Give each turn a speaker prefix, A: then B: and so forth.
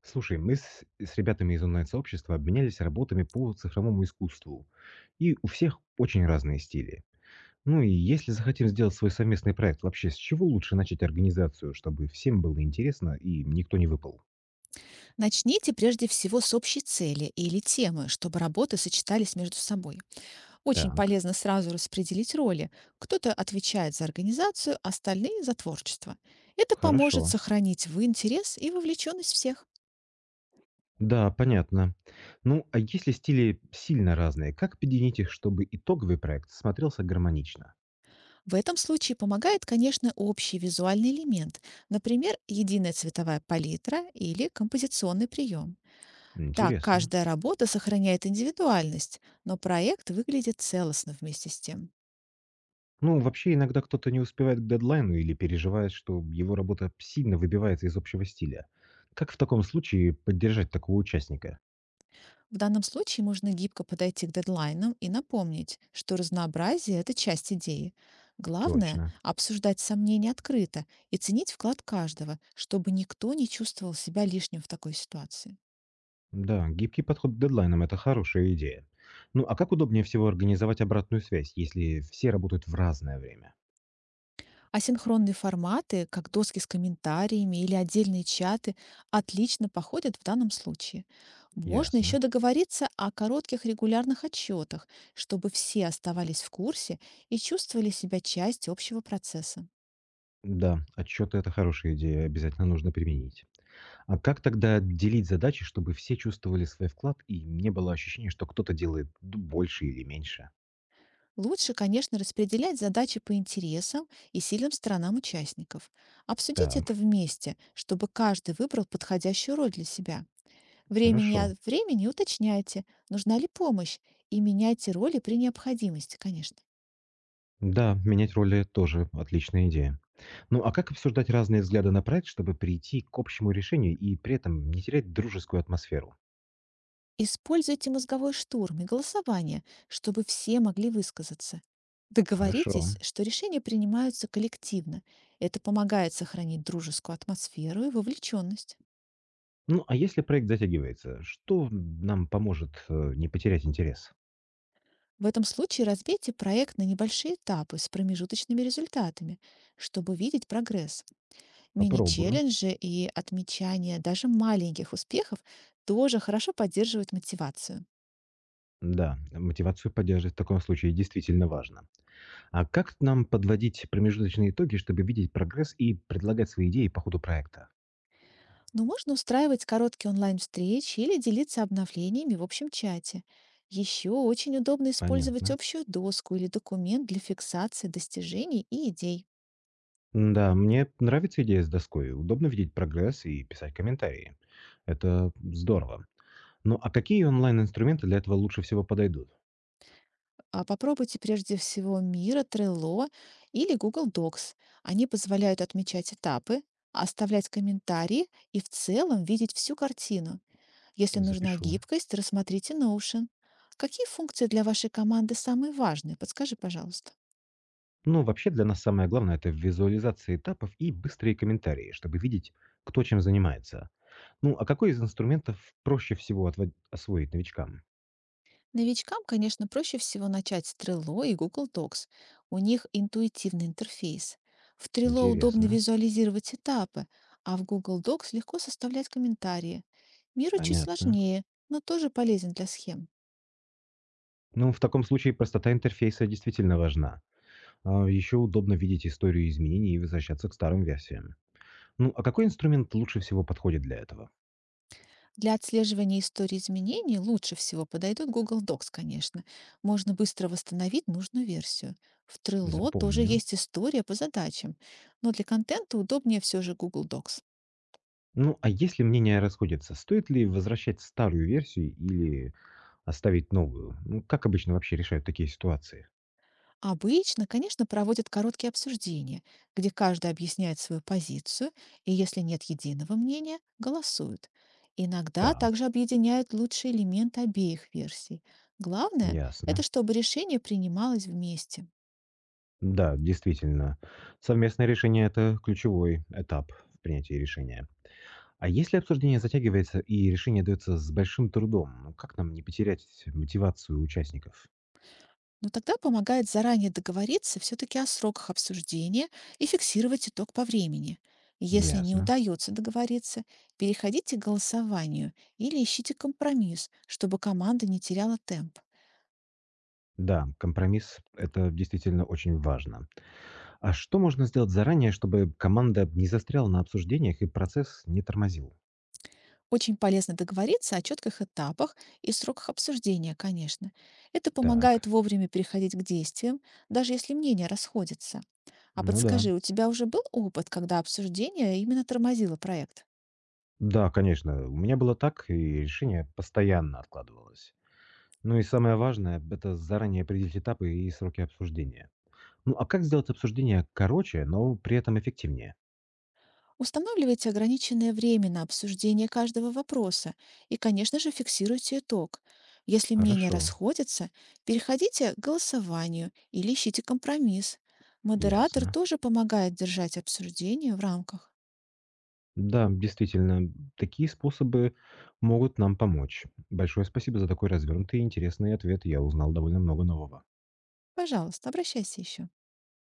A: Слушай, мы с ребятами из онлайн-сообщества обменялись работами по цифровому искусству. И у всех очень разные стили. Ну и если захотим сделать свой совместный проект, вообще с чего лучше начать организацию, чтобы всем было интересно и никто не выпал?
B: Начните прежде всего с общей цели или темы, чтобы работы сочетались между собой. Очень
A: Так,
B: полезно сразу распределить роли. Кто-то отвечает за организацию, остальные за творчество. Это поможет
A: хорошо.
B: сохранить в интерес и вовлеченность всех.
A: Да, понятно. Ну, а если стили сильно разные, как объединить их, чтобы итоговый проект смотрелся гармонично?
B: В этом случае помогает, конечно, общий визуальный элемент, например, единая цветовая палитра или композиционный прием. Так
A: Интересно.
B: каждая работа сохраняет индивидуальность, но проект выглядит целостно вместе с тем.
A: Ну, вообще иногда кто-то не успевает к дедлайну или переживает, что его работа сильно выбивается из общего стиля. Как в таком случае поддержать такого участника?
B: В данном случае можно гибко подойти к дедлайнам и напомнить, что разнообразие– это часть идеи. Главное–
A: Точно.
B: обсуждать сомнения открыто и ценить вклад каждого, чтобы никто не чувствовал себя лишним в такой ситуации.
A: Да, гибкий подход к дедлайнам– это хорошая идея. Ну, а как удобнее всего организовать обратную связь, если все работают в разное время?
B: Асинхронные форматы, как доски с комментариями или отдельные чаты, отлично походят в данном случае. Можно еще
A: Ясно.
B: договориться о коротких регулярных отчетах, чтобы все оставались в курсе и чувствовали себя частью общего процесса.
A: Да, отчеты– это хорошая идея, обязательно нужно применить. А как тогда делить задачи, чтобы все чувствовали свой вклад и не было ощущения, что кто-то больше или меньше?
B: Лучше, конечно, распределять задачи по интересам и сильным сторонам участников. Обсудить это
A: Так,
B: вместе, чтобы каждый выбрал подходящую роль для себя. Времени
A: хорошо.
B: от времени уточняйте, нужна ли помощь, и меняйте роли при необходимости, конечно.
A: Да, менять роли тоже отличная идея. Ну а как обсуждать разные взгляды на проект, чтобы прийти к общему решению и при этом не терять дружескую атмосферу?
B: Используйте мозговой штурм и голосование, чтобы все могли высказаться.
A: Хорошо.
B: Договоритесь, что решения принимаются коллективно. Это помогает сохранить дружескую атмосферу и вовлеченность.
A: Ну а если проект затягивается, что нам поможет не потерять интерес?
B: В этом случае разбейте проект на небольшие этапы с промежуточными результатами, чтобы видеть прогресс.
A: Попробую.
B: Мини-челленджи и отмечание даже маленьких успехов тоже хорошо поддерживают мотивацию.
A: Да, мотивацию поддерживать в таком случае действительно важно. А как нам подводить промежуточные итоги, чтобы видеть прогресс и предлагать свои идеи по ходу проекта?
B: Но можно устраивать короткие онлайн-встречи или делиться обновлениями в общем чате. Еще очень удобно использовать
A: Понятно.
B: общую доску или документ для фиксации достижений и идей.
A: Да, мне нравится идея с доской. Удобно видеть прогресс и писать комментарии. Это здорово. Ну а какие онлайн-инструменты для этого лучше всего подойдут?
B: Попробуйте прежде всего Мира, Trello или Google Docs. Они позволяют отмечать этапы, оставлять комментарии и в целом видеть всю картину. Если нужна
A: Запишу.
B: гибкость, рассмотрите Notion. Какие функции для вашей команды самые важные? Подскажи, пожалуйста.
A: Ну, вообще для нас самое главное– это визуализация этапов и быстрые комментарии, чтобы видеть, кто чем занимается. Ну, а какой из инструментов проще всего освоить новичкам?
B: Новичкам, конечно, проще всего начать с Trello и Google Docs. У них интуитивный интерфейс. В Trello удобно
A: Интересно.
B: визуализировать этапы, а в Google Docs легко составлять комментарии. Миру чуть
A: Понятно.
B: сложнее, но тоже полезен для схем.
A: Ну, в таком случае простота интерфейса действительно важна. А еще удобно видеть историю изменений и возвращаться к старым версиям. Ну, а какой инструмент лучше всего подходит для этого?
B: Для отслеживания истории изменений лучше всего подойдут Google Docs, конечно. Можно быстро восстановить нужную версию. В Trello тоже
A: Запомню.
B: есть история по задачам, но для контента удобнее все же Google Docs.
A: Ну, а если мнения расходятся, стоит ли возвращать старую версию или оставить новую? Ну, как обычно вообще решают такие ситуации?
B: Обычно, конечно, проводят короткие обсуждения, где каждый объясняет свою позицию, и если нет единого мнения, голосуют. Иногда также
A: Так,
B: объединяют лучшие элементы обеих версий. Главное– это
A: ясно.
B: чтобы решение принималось вместе.
A: Да, действительно. Совместное решение– это ключевой этап в принятии решения. А если обсуждение затягивается и решение дается с большим трудом, ну, как нам не потерять мотивацию участников?
B: Но тогда помогает заранее договориться все-таки о сроках обсуждения и фиксировать итог по времени. Если не
A: Ясно.
B: удается договориться, переходите к голосованию или ищите компромисс, чтобы команда не теряла темп.
A: Да, компромисс– это действительно очень важно. А что можно сделать заранее, чтобы команда не застряла на обсуждениях и процесс не тормозил?
B: Очень полезно договориться о четких этапах и сроках обсуждения, конечно. Это помогает
A: Так,
B: вовремя переходить к действиям, даже если мнения расходятся. А
A: ну да.
B: подскажи, у тебя уже был опыт, когда обсуждение именно тормозило проект?
A: Да, конечно, у меня было так, и решение постоянно откладывалось. Ну и самое важное– это заранее определить этапы и сроки обсуждения. Ну а как сделать обсуждение короче, но при этом эффективнее?
B: Устанавливайте ограниченное время на обсуждение каждого вопроса и, конечно же, фиксируйте итог. Если мнения
A: Хорошо,
B: расходятся, переходите к голосованию или ищите компромисс. Модератор
A: ясно.
B: тоже помогает держать обсуждение в рамках.
A: Да, действительно, такие способы могут нам помочь. Большое спасибо за такой развернутый и интересный ответ. Я узнал довольно много нового.
B: Пожалуйста, обращайся еще.